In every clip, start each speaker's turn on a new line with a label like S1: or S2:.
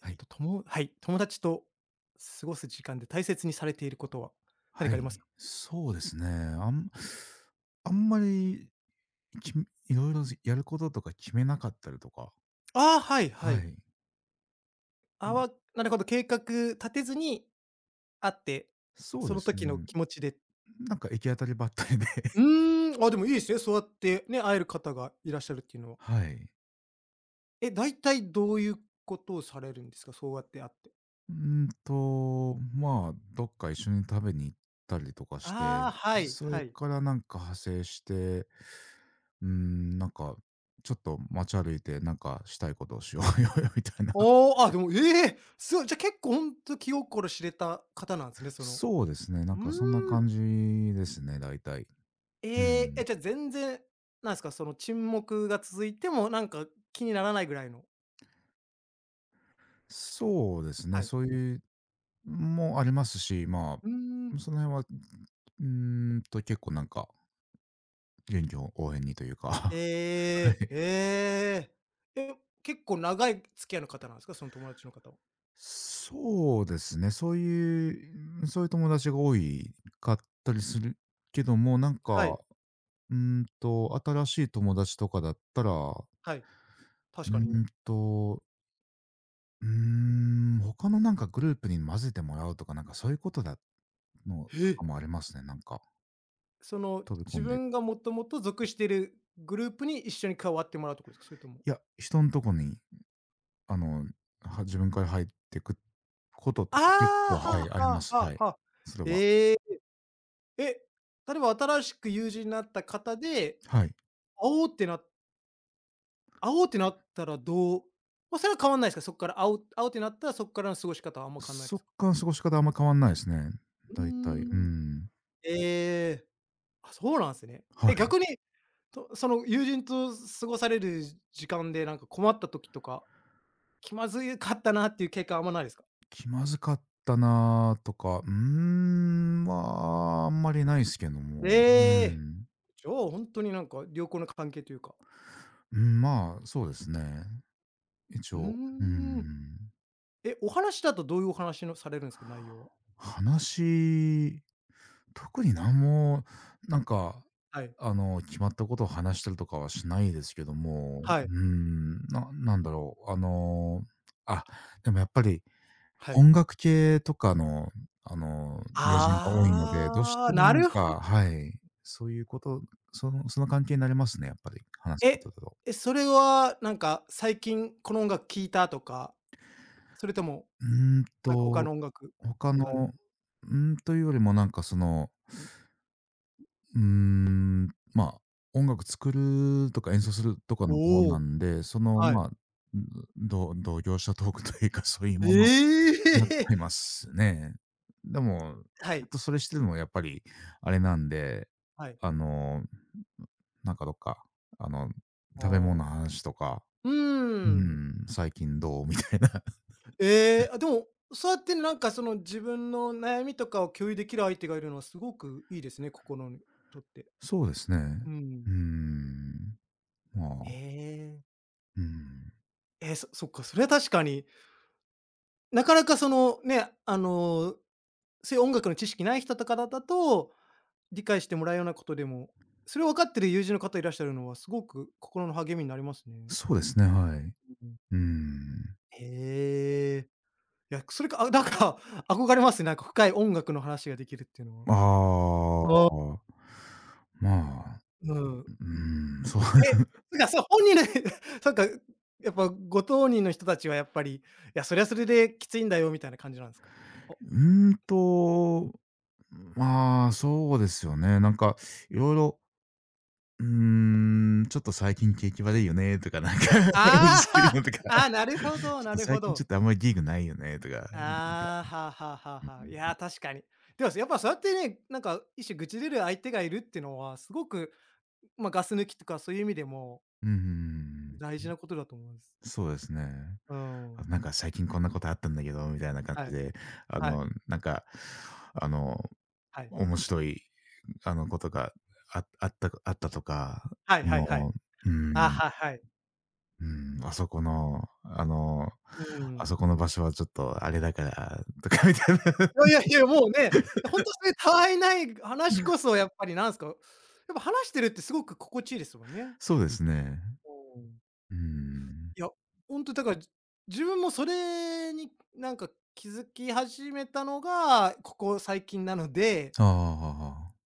S1: はい。
S2: と、ともはい、友達と過ごす時間で大切にされていることは何
S1: は
S2: かあります
S1: い。
S2: か？
S1: そうですね。あんあんまり、きいろいろ、やることとか決めなかったりとか。
S2: ああ、はいは
S1: は
S2: い。
S1: い。う
S2: あ
S1: ん、
S2: わなるほど、計画立てずに会って、
S1: そう
S2: そ
S1: で
S2: の
S1: す
S2: 時の
S1: ね。
S2: 気持ちで。
S1: なんか行き当たりばったりで、
S2: う ーん、あ、でもいいですね、そうやってね、会える方がいらっしゃるっていうのは。
S1: はい。
S2: え、大体どういうことをされるんですか？そうやって会って。
S1: まあ、どっか一緒に食べに行ったりとかして、
S2: ああ、はい
S1: そ
S2: は
S1: れ
S2: い。
S1: からなんか派生して、うーん、なんか、ちょっと街歩いて、なんかしたいことをしようよ みたいな。
S2: おお、あ、でも、ええ、すごい、じゃ、結構ほんと気心知れた方なんですね、その。
S1: そうですね、な
S2: う
S1: んかそんな
S2: ーん。
S1: 感じですね、大体。う
S2: ええ、
S1: ん。
S2: え、じゃ、全然、なんですか、その沈黙が続いても、なんか気にならないぐらいの。
S1: そうですね、
S2: はい。
S1: そういうもありますし、ま
S2: うーん。
S1: あ、その辺は、うー結構なんか、臨機応変にというか、はい。
S2: ええ、ええ。え、結構長い付き合いの方なんですか？その友達の方は。
S1: そうですね、そういう友達が多いかったりするけども、
S2: はい、
S1: うー新しい友達とかだったら、
S2: はい、
S1: う
S2: 確かに。
S1: ーんと、他のなんかグループに混ぜてもらうとか、なんかそういうことだの
S2: へ
S1: と
S2: え。
S1: かもありますね、なんか、
S2: その、
S1: 飛び込
S2: 自
S1: んで。
S2: 分がもともと属しているグループに一緒に加わってもらうところですか？それとも。
S1: いや、人のとこにあの、は自分から入ってくこと
S2: あ
S1: とか結構、
S2: あ、
S1: は
S2: は
S1: い、あ
S2: あ
S1: りま
S2: は
S1: す。
S2: あは
S1: はい。
S2: あはあ。
S1: それは。
S2: ええ。え、例えば新しく友人になった方で、
S1: はい。
S2: 「あお！」ってなっ、会おうってなったらどう、まあ、それは変わんないですか？そこから会おう会おうってなったら、そこからの過ごし方はあんま変わんない
S1: そ
S2: です
S1: っ
S2: か？
S1: から過ごし方あんま変わんないですね。
S2: う
S1: 大体。
S2: ー
S1: う
S2: ん。
S1: ん。
S2: ええ、あ、そうなんすね。
S1: は
S2: え、
S1: い。
S2: 逆に、とその友人と過ごされる時間で、なんか困った時とか、気まずいかったなっていう経験あんまないですか？
S1: 気まずかったなあとか、うーん、まあ、あんまりないですけども、う
S2: ええ、
S1: ん。
S2: じゃあ、ほんとになんか良好な関係というか。
S1: うん、まあ、そうですね。一
S2: うー
S1: 応、う
S2: ん。
S1: ん。
S2: え、お話だとどういうお話のされるんですか？内容は。
S1: 話特になんも、なんか、
S2: はい。
S1: あの、決まったことを話したりとかはしないですけども、
S2: はい。
S1: うん、ななんだろう、あの、あ、でもやっぱり
S2: はい。
S1: 音楽系とかの、あの、友人が多いので、どうし
S2: ああ、
S1: ても
S2: な
S1: なん
S2: るほ、
S1: かはい、そういうこと、その関係になりますね、やっぱり、話すこと
S2: え、
S1: だと。
S2: え、それはなんか最近この音楽聴いたとか、それとも、
S1: うーん
S2: なんか他
S1: と、
S2: の音楽
S1: 他の、
S2: 関連。
S1: うーんというよりもなんかそのうーん、まあ、音楽作るとか演奏するとかの方
S2: お
S1: な
S2: お、
S1: んで、その、
S2: は
S1: ま
S2: い。
S1: あ、同業者トークというか、そういう
S2: え
S1: ものになっち
S2: え！
S1: ゃいますね。でも、
S2: は
S1: ずっ
S2: い、
S1: とそれしてるのはやっぱりあれなんで、
S2: はい。
S1: あの、なんかどっか、あの、
S2: あ
S1: 食べ物の
S2: あ。
S1: 話とか、
S2: う
S1: う
S2: ーん。
S1: ん、最近どうみたいな。
S2: ええ、あ、でも、そうやってなんかその自分の悩みとかを共有できる相手がいるのはすごくいいですね、心にとって。
S1: そうですね。
S2: う
S1: うー
S2: ん。
S1: ん、ま
S2: え
S1: あ、
S2: え。
S1: うーん、
S2: え、そ、そっか、それは確かに、なかなかそのね、あの、そういう音楽の知識ない人とかだったと、理解してもらうようなことでも、それを分かってる友人の方いらっしゃるのはすごく心の励みになりますね。
S1: そうですね、はい。う
S2: うん。
S1: ーん。
S2: へえ。いや、それか、あ、なんか憧れますね、なんか深い音楽の話ができるっていうのは。
S1: ああ。
S2: ああ。
S1: まあ、
S2: うん。
S1: うーん、そう、
S2: え、なんかそう本人で そうか、やっぱご当人の人たちはやっぱり、いや、それはそれできついんだよみたいな感じなんですか？お、
S1: うーんと、まあ、そうですよね。なんかいろいろ、うーん、ちょっと最近景気悪いよねとか、なんか そ
S2: ああ、
S1: ういう のとか、ちょっ
S2: ああ、なるほどな
S1: と
S2: る
S1: 最
S2: ほ
S1: 近ちょ
S2: ど。
S1: っとあんまりリーグないよねとか、んか
S2: ああ、はあはあは
S1: う
S2: あはあ。い
S1: ん。
S2: やー、確かに。でも、やっぱそうやってね、なんか一種愚痴れる相手がいるっていうのは、すごく、まあ、ガス抜きとかそういう意味でも
S1: うんん。
S2: 大事なことだと思います。
S1: そうですね。
S2: う
S1: あ、
S2: ん。
S1: なんか最近こんなことあったんだけどみたいな感
S2: は
S1: じ
S2: い、
S1: で、あ
S2: はい、
S1: の、なんか、あの
S2: はい。
S1: 面白い、あの、ことがああったあったとか、
S2: はい
S1: あ
S2: はいはい。
S1: の、う
S2: あ、
S1: ん、
S2: はいはい。
S1: うん、あそこの、あの、
S2: う
S1: あ
S2: ん。
S1: そこの場所はちょっとあれだからとかみたいな。
S2: いや いやいや、もうね、ほんとそれたわいない話こそやっぱりなんすか、やっぱ話してるってすごく心地いいですもんね。
S1: そうですね。
S2: うん。
S1: うーん。
S2: いや、ほんとだから、自分もそれになんか気づき始めたのが、ここ最近なので、
S1: ああああああ。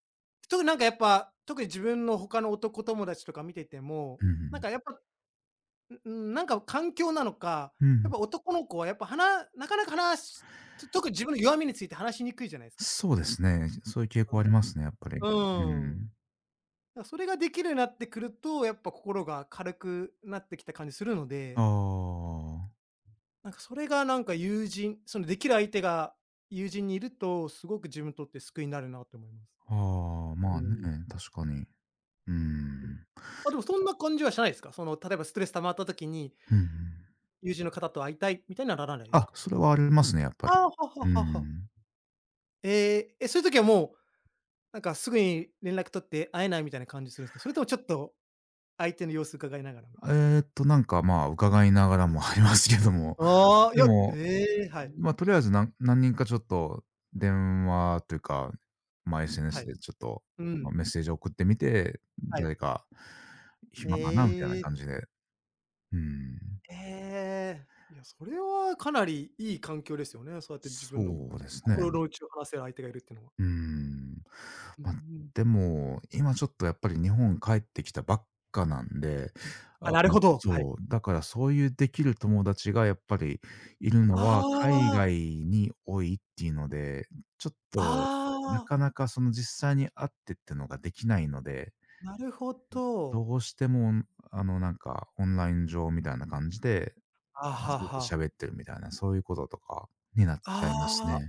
S2: 特になんかやっぱ、特に自分の他の男友達とか見てても、
S1: う
S2: なん
S1: ん、
S2: かやっぱ、ううん、なんか環境なのか、
S1: う
S2: やっ
S1: ん。
S2: ぱ男の子はやっぱ、なかなか話、と特に自分の弱みについて話しにくいじゃないですか。
S1: そうですね。そういう傾
S2: う
S1: 向あり
S2: ん。
S1: ますね、やっぱり。う
S2: うーん。
S1: ん。
S2: だ、それができるようになってくると、やっぱ心が軽くなってきた感じするので、
S1: あ
S2: なんかそれがなんか友人、そのできる相手が友人にいると、すごく自分にとって救いになるなと思います。
S1: あ、ああ、
S2: う
S1: まあ
S2: ん、
S1: ね、確かに。うー
S2: うん。
S1: ん。
S2: あ、でもそんな感じはしないですか？その例えばストレス溜まった時に、
S1: うんうん。
S2: 友人の方と会いたいみたいにはならないです
S1: あ、
S2: か？
S1: それはありますね、やっぱ
S2: あ
S1: り。
S2: あ、は
S1: う
S2: は
S1: ー
S2: はは。
S1: ん。
S2: ええ、え、そういう時はもう、なんかすぐに連絡取って会えないみたいな感じするんすか？それともちょっと相手の様子伺いながらみたいな。
S1: えっと、なんか、まあ、伺いながらもありますけども、
S2: ああ、い
S1: で
S2: や、
S1: も、
S2: ええ、はい、
S1: ま、あ、とりあえず、何人かちょっと電話というか、まあ、
S2: は
S1: SNS
S2: い。
S1: でちょっと、
S2: う
S1: あの、
S2: ん、
S1: メッセージを送ってみて、
S2: はい。
S1: 誰か
S2: へ
S1: 暇かなみたいな感
S2: え。
S1: じで。うん。
S2: ええ。いや、それはかなりいい環境ですよね。そうやって自分の
S1: そうですね。
S2: 心の内を話せる相手がいるっていうのは。
S1: うーん。
S2: うんう
S1: まあ、
S2: ん。
S1: でも、今ちょっとやっぱり日本帰ってきたばっかなんで、あ
S2: あ、なる
S1: の
S2: ほど、はい。
S1: そう、だからそういうできる友達がやっぱりいるの
S2: あ
S1: は海外
S2: あ、
S1: に多いっていうので、ちょっと
S2: あ
S1: な
S2: あ、
S1: かなかその実際に会ってってのができないので、
S2: なるほど。
S1: どうしてもあのなんかオンライン上みたいな感じで
S2: あ
S1: ず
S2: は
S1: っと
S2: は。
S1: 喋ってるみたいな、そういうこととかになっちゃい
S2: あ
S1: ますね。
S2: あ、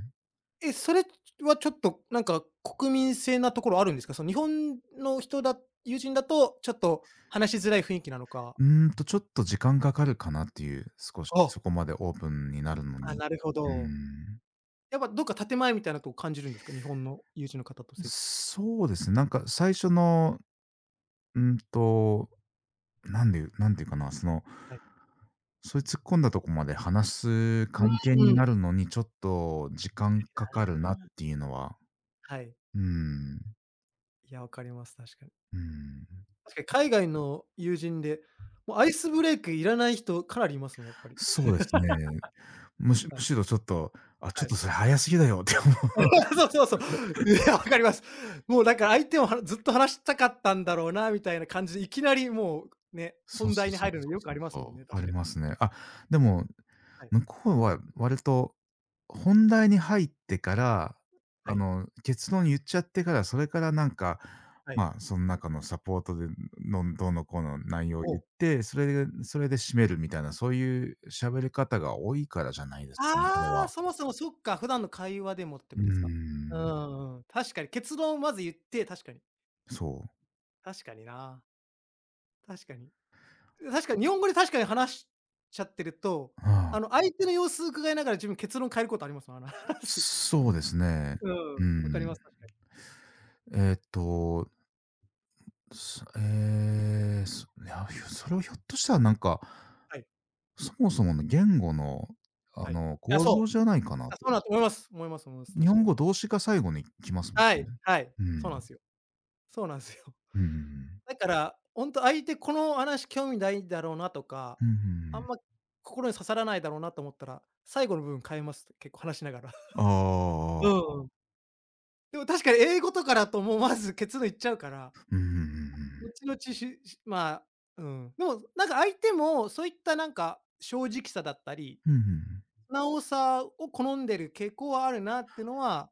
S2: え、それはちょっとなんか国民性なところあるんですか？その日本の人だ、友人だとちょっと話しづらい雰囲気なのか。
S1: うーんと、ちょっと時間かかるかなっていう、少し
S2: あ、
S1: そこまでオープンになるの
S2: あ、
S1: に。
S2: なるほ
S1: うー
S2: ど。
S1: ん。
S2: やっぱどっか建前みたいなとこ感じるんですか？日本の友人の方と接すると。
S1: そうですね、なんか最初の、うーんと、なんでなんていうかな、その
S2: はい。
S1: そういう突っ込んだとこまで話す
S2: う
S1: 関係に
S2: ん。
S1: なるのに、ちょっと時間かかるなっていうのは、
S2: はい。
S1: うーん、
S2: いや、わかります、確かに。
S1: うーん。
S2: 確かに海外の友人で、もうアイスブレイクいらない人かなりいますもん、やっぱり。
S1: そうですね。
S2: は
S1: む
S2: い。
S1: しろちょっと、あ、ち
S2: は
S1: ょっ
S2: い。
S1: とそれ早すぎだよって思 う。
S2: そうそうそう。いや、わかります。もうだから相手もはずっと話したかったんだろうなみたいな感じで、いきなりもうね、
S1: そう
S2: 本
S1: そう
S2: 題に
S1: そう
S2: 入るの
S1: そう
S2: よく
S1: そ
S2: あ
S1: う
S2: りますもん
S1: そ
S2: ね、
S1: う、あ
S2: 確
S1: り
S2: かに。
S1: ますね。あ、でも
S2: はい。
S1: 向こうは割と本題に入ってから、
S2: は
S1: あ
S2: い。
S1: の、結論言っちゃってから、それからなんか、
S2: はい。
S1: まあ、その中のサポートで、のどうのこうの内容を言
S2: お、
S1: って、それで締めるみたいな、そういう喋り方が多いからじゃないですかね、それ
S2: ああー、
S1: は。
S2: そもそもそっか、普段の会話でもって
S1: う
S2: ことですか？
S1: ー
S2: うんう
S1: ん、
S2: んうん。確かに結論をまず言って、確かに。
S1: そう。
S2: 確かにな。確かに。確かに日本語で確かに話しちゃってると、
S1: ああ、
S2: あの、相手の様子伺いながら自分結論変えることありますもん。あの、話す。
S1: そうですね。
S2: う
S1: う
S2: ん、わかります、
S1: ん。
S2: 確かに。
S1: えーっと、すえーそいや、ひょそれをひょっとしたら、なんか
S2: はい、
S1: そもそもの言語の、あ
S2: はい。い
S1: の、
S2: や、
S1: 構
S2: そ
S1: 造
S2: う。
S1: じゃないかな
S2: あ、
S1: と。
S2: そうだと思います。思います思います、
S1: 日
S2: 確か
S1: 本
S2: に。
S1: 語、動詞が最後に来ますも
S2: は
S1: んね。
S2: い、はい。
S1: う
S2: そうなん
S1: ん。
S2: すよ。そうなんすよ。
S1: うんうんうん。
S2: だから、ほんと相手この話興味ないだろうなとか、
S1: うんうんう
S2: あん
S1: ん。
S2: ま心に刺さらないだろうなと思ったら、最後の部分変えます、結構話しながら。
S1: あ
S2: うん
S1: あ。
S2: うん。でも確かに英語とかだともうまず結論言っちゃうから
S1: うんうんうんうん。
S2: 後々し、しまあ、うん。でも、なんか相手もそういったなんか正直さだったり、
S1: うんうんうん。
S2: 素直さを好んでる傾向はあるなってのは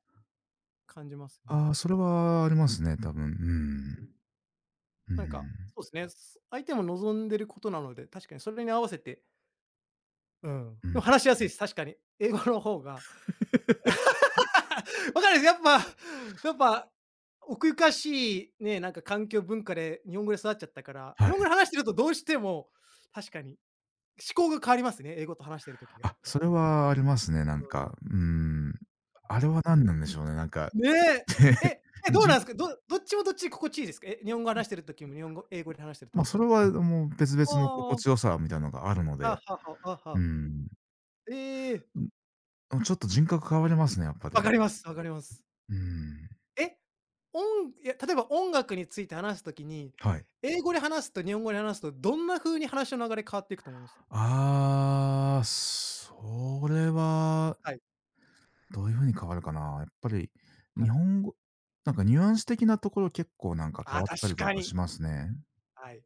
S2: 感じ
S1: ああうんうんうんうんうんうん
S2: ますね、
S1: ああ
S2: 確
S1: そ
S2: か
S1: れはありますね、多分。
S2: に。うん。
S1: うん。う
S2: なんか、
S1: ん。
S2: そうですね、す、相手も望んでることなので、確かにそれに合わせて、うん。
S1: う
S2: で
S1: ん。
S2: も話しやすいです、確かに。英語の方が。分かんないです。やっぱ奥ゆかしいね、なんか環境文化で日本語で育っちゃったから、
S1: は
S2: 日
S1: い。
S2: 本語で話してるとどうしても、確かに思考が変わりますね、英語と話してる時がや
S1: あ、
S2: っぱ。
S1: それ
S2: うん。
S1: はありますね、な
S2: う
S1: ん
S2: ん。
S1: か。うーん。あれは
S2: う
S1: 何
S2: ん。
S1: なんでしょうね、なんか、
S2: ねえ。え、え、どうな
S1: じ
S2: んすか？どっちもどっちで心地いいですか？え、日本語話してる時も、日本語英語で話してる
S1: ま、
S2: 時も。
S1: それはもう別々
S2: あ
S1: の心
S2: あ、
S1: 地よさみたいなのがあるの
S2: あ、
S1: で、
S2: はは、あ、
S1: う
S2: は。
S1: ん。
S2: ええ、
S1: うん、ちょっと人格変わりますね、やっぱり。
S2: 分かります、分かります。
S1: うん、
S2: え、おん、いや、例えば音楽について話す時に、
S1: はい。
S2: 英語で話すと日本語で話すと、どんな風に話の流れ変わっていくと思います？
S1: ああ、それは
S2: はい、
S1: どういう風に変わるかな。やっぱり日
S2: はい。
S1: 本語なんかニュアンス的なところ結構なんか
S2: あ
S1: 変
S2: あ、
S1: わっ
S2: 確
S1: たりと
S2: か
S1: か
S2: に。
S1: しますね。
S2: はい。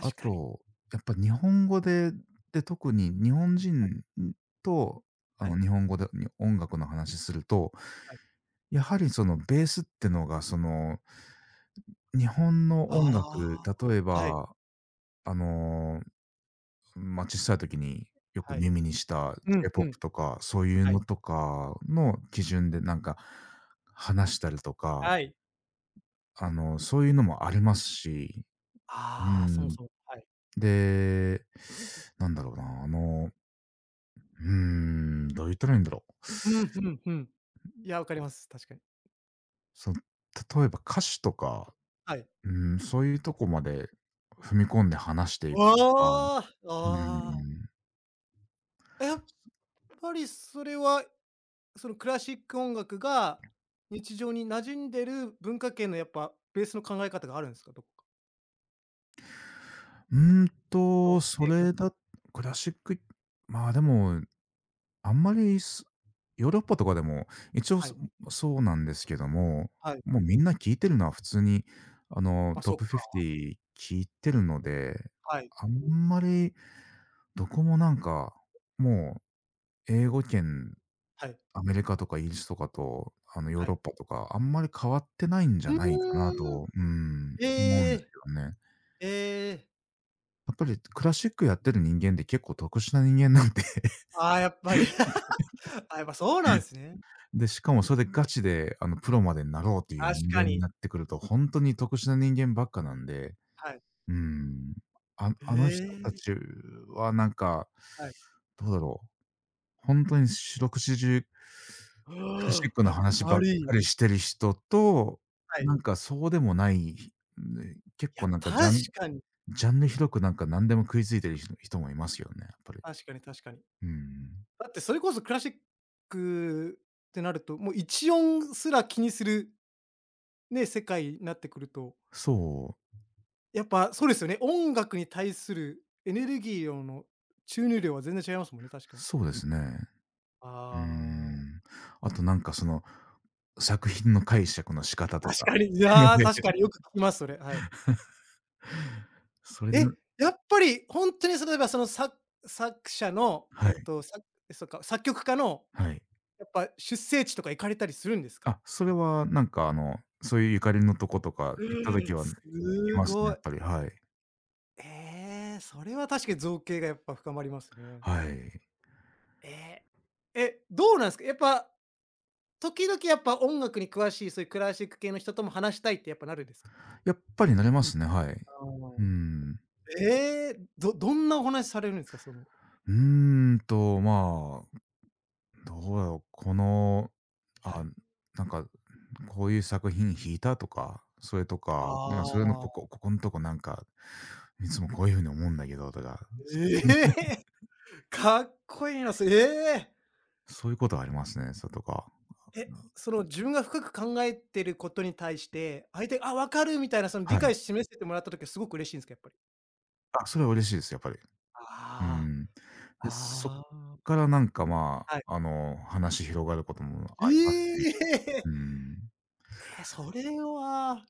S1: あ
S2: かに。
S1: と、やっぱ日本語で、で、特に日本
S2: はい、
S1: 人と、あ
S2: は
S1: の、
S2: い、
S1: 日本語でに音楽の話すると、
S2: はい。
S1: やはりそのベースってのがその、日本の
S2: あ
S1: 音楽、
S2: あ、
S1: 例え
S2: はい、
S1: ば、あのまあ、小さい時によく
S2: はい。
S1: 耳にした
S2: うん、う
S1: J-POP
S2: ん。
S1: とか、そういう
S2: は
S1: の
S2: い、
S1: とかの基準でなんか話したりとか、
S2: はい。
S1: あの、そういうのもありますし、う
S2: ああ、そも
S1: ん。
S2: そも、はい。
S1: で、なんだろうな、あの、うーん、どう言ったらいいんだろう。
S2: うん、ふんふん。いや、わかります。確かに。
S1: その、例えば歌詞とか、
S2: はい。
S1: うん、そういうとこまで踏み込んで話していくとか、
S2: ああ、
S1: うー
S2: ああ。
S1: ん。
S2: やっぱりそれは、そのクラシック音楽が日常に馴染んでる文化圏のやっぱベースの考え方があるんですか？どこか。
S1: うーん
S2: あ
S1: と、
S2: の、
S1: そ
S2: 英語の。
S1: れだクラシック、まあ、でもあんまり、ヨーロッパとかでも、一応、
S2: はい、
S1: そうなんですけども、
S2: はい。
S1: もうみんな聞いてるのは普通に、あの、
S2: あ、
S1: トッ
S2: そっ
S1: プ
S2: か。
S1: 50聞いてるので、
S2: はい、
S1: あんまりどこもなんか、もう英語圏、
S2: はい、
S1: アメリカとかイギリスとかと、あの、ヨー
S2: は
S1: ロッ
S2: い。
S1: パとか、あんまり変わってないんじゃ
S2: う
S1: ないかな
S2: ーん。
S1: と、うん、思うん
S2: え
S1: です
S2: え、
S1: よね。
S2: ええ。
S1: やっぱりクラシックやってる人間って結構特殊な人間なんで、
S2: ああ、やっぱり。あ、やっぱそうなんすね。
S1: で、しかもそれでガチで、あの、プロまでなろうという
S2: 確
S1: 人
S2: か
S1: 間に
S2: に。
S1: なってくると、ほんとに特殊な人間ばっかなんで、
S2: はい。
S1: うーん。
S2: へ
S1: あの人た
S2: え、
S1: ちはなんか、
S2: はい。
S1: どうだろう、ほんとに四六時中、クラシックの
S2: やっ
S1: 話
S2: ぱ
S1: ばっか
S2: り。
S1: りしてる人と、
S2: はい。
S1: なんかそうでもない、ね、結
S2: いや、
S1: 構なんか
S2: 確かに、
S1: ジャンル広くなんか何でも食いついてる人もいますよね、やっぱり。
S2: 確かに確かに。
S1: うん。
S2: だってそれこそクラシックってなると、もう1音すら気にするね、世界になってくると、
S1: そ
S2: やっぱそうですよね、音楽に対するエネルギー量の注入量は全然違いますもんね、確かに。
S1: そうですね。うー
S2: あ
S1: ん。あとなんかその、作品の解釈の仕方
S2: あ、
S1: と
S2: 確
S1: か。
S2: かに、いや、確 かによく聞きます、それ、はい。
S1: それで
S2: え、やっぱりほんとにその例えばそのさ、作者の、
S1: は
S2: えっ
S1: い、
S2: と、さ、そっか、作曲家の
S1: はい。
S2: やっぱ出生地とか行かれたりするんですか？
S1: あ、それはなんかあの、そういうゆかりのとことか
S2: う
S1: 行った
S2: ー
S1: 時
S2: ん。
S1: は、行
S2: す
S1: きますね、
S2: ご
S1: やっ
S2: い。
S1: ぱり、はい。
S2: ええ、それは確かに造形がやっぱ深まりますね。
S1: はい。
S2: ええ。え、どうなんすか？やっぱ、時々やっぱ音楽に詳しい、そういうクラシック系の人とも話したいってやっぱなるんですか？
S1: やっぱりなれますね、はい。
S2: あ
S1: う
S2: あ。
S1: ん。
S2: ええ、どんなお話されるんですか？その、
S1: うーんと、まあどうだろう、この、
S2: は
S1: あ、
S2: い。
S1: なんか、こういう作品弾いたとか、それと
S2: あ
S1: か、なんかそれの
S2: あ。
S1: ここのとこなんか、いつもこういう風に思うんだけどとか、
S2: え え、かっこいいな、そ、ええ。
S1: そういうことはありますね、それとか。
S2: え、その自分が深く考えてることに対して、相手が、あ、分かるみたいなその
S1: は
S2: 理
S1: い。
S2: 解示せてもらった時はすごく嬉しいんすか？やっぱり。
S1: あ、それは嬉しいです、やっぱり。う
S2: あ
S1: ん。
S2: あ、
S1: で、そっ
S2: ああ。
S1: からなんか、まあ、あの、話広がることも
S2: え
S1: ありますし、
S2: え！
S1: う ん。
S2: え、それは、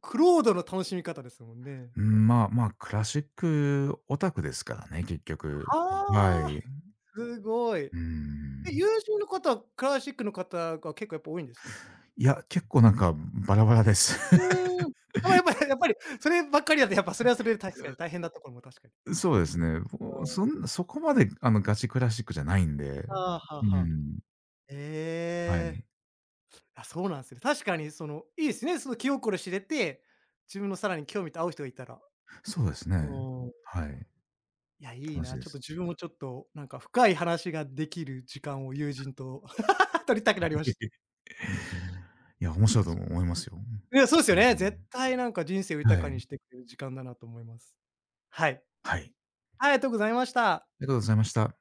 S2: クロードの楽しみ方ですもんね。
S1: うん、まあ、クラシックオタクですからね、結局。は
S2: は
S1: い。
S2: あ。すごい。
S1: うー
S2: え、
S1: ん。
S2: 友人の方、クラシックの方が結構やっぱ多いんですか？
S1: いや、結構なんかバラバラです。
S2: うーん。あ、ま、やっぱり やっぱり、そればっかりだとやっぱそれはそれで確かに大変なところも確かに。
S1: そうですね。そこまであのガチクラシックじゃないんで。
S2: ああ、は
S1: う
S2: あはあ。
S1: ん。は
S2: ええ。
S1: い。
S2: あ、そうなんすね。確かにその、いいですね、その気心知れて、自分のさらに興味と合う人がいたら。
S1: そうです
S2: う
S1: ね。
S2: ーん。
S1: はい。
S2: いや、いい
S1: 楽しい
S2: な。
S1: で
S2: ちょっ
S1: す。
S2: と自分もちょっと、なんか深い話ができる時間を友人と取りたくなりました。
S1: いや、面
S2: いや、
S1: 白い
S2: 確
S1: と
S2: か、
S1: 思いますよ。
S2: いや、そうです
S1: う
S2: よね。絶
S1: ん。
S2: 対なんか人生を豊
S1: は
S2: かに
S1: い。
S2: してくれる時間だなと思います。はい。
S1: はい。
S2: ありがとうございました。
S1: ありがとうございました。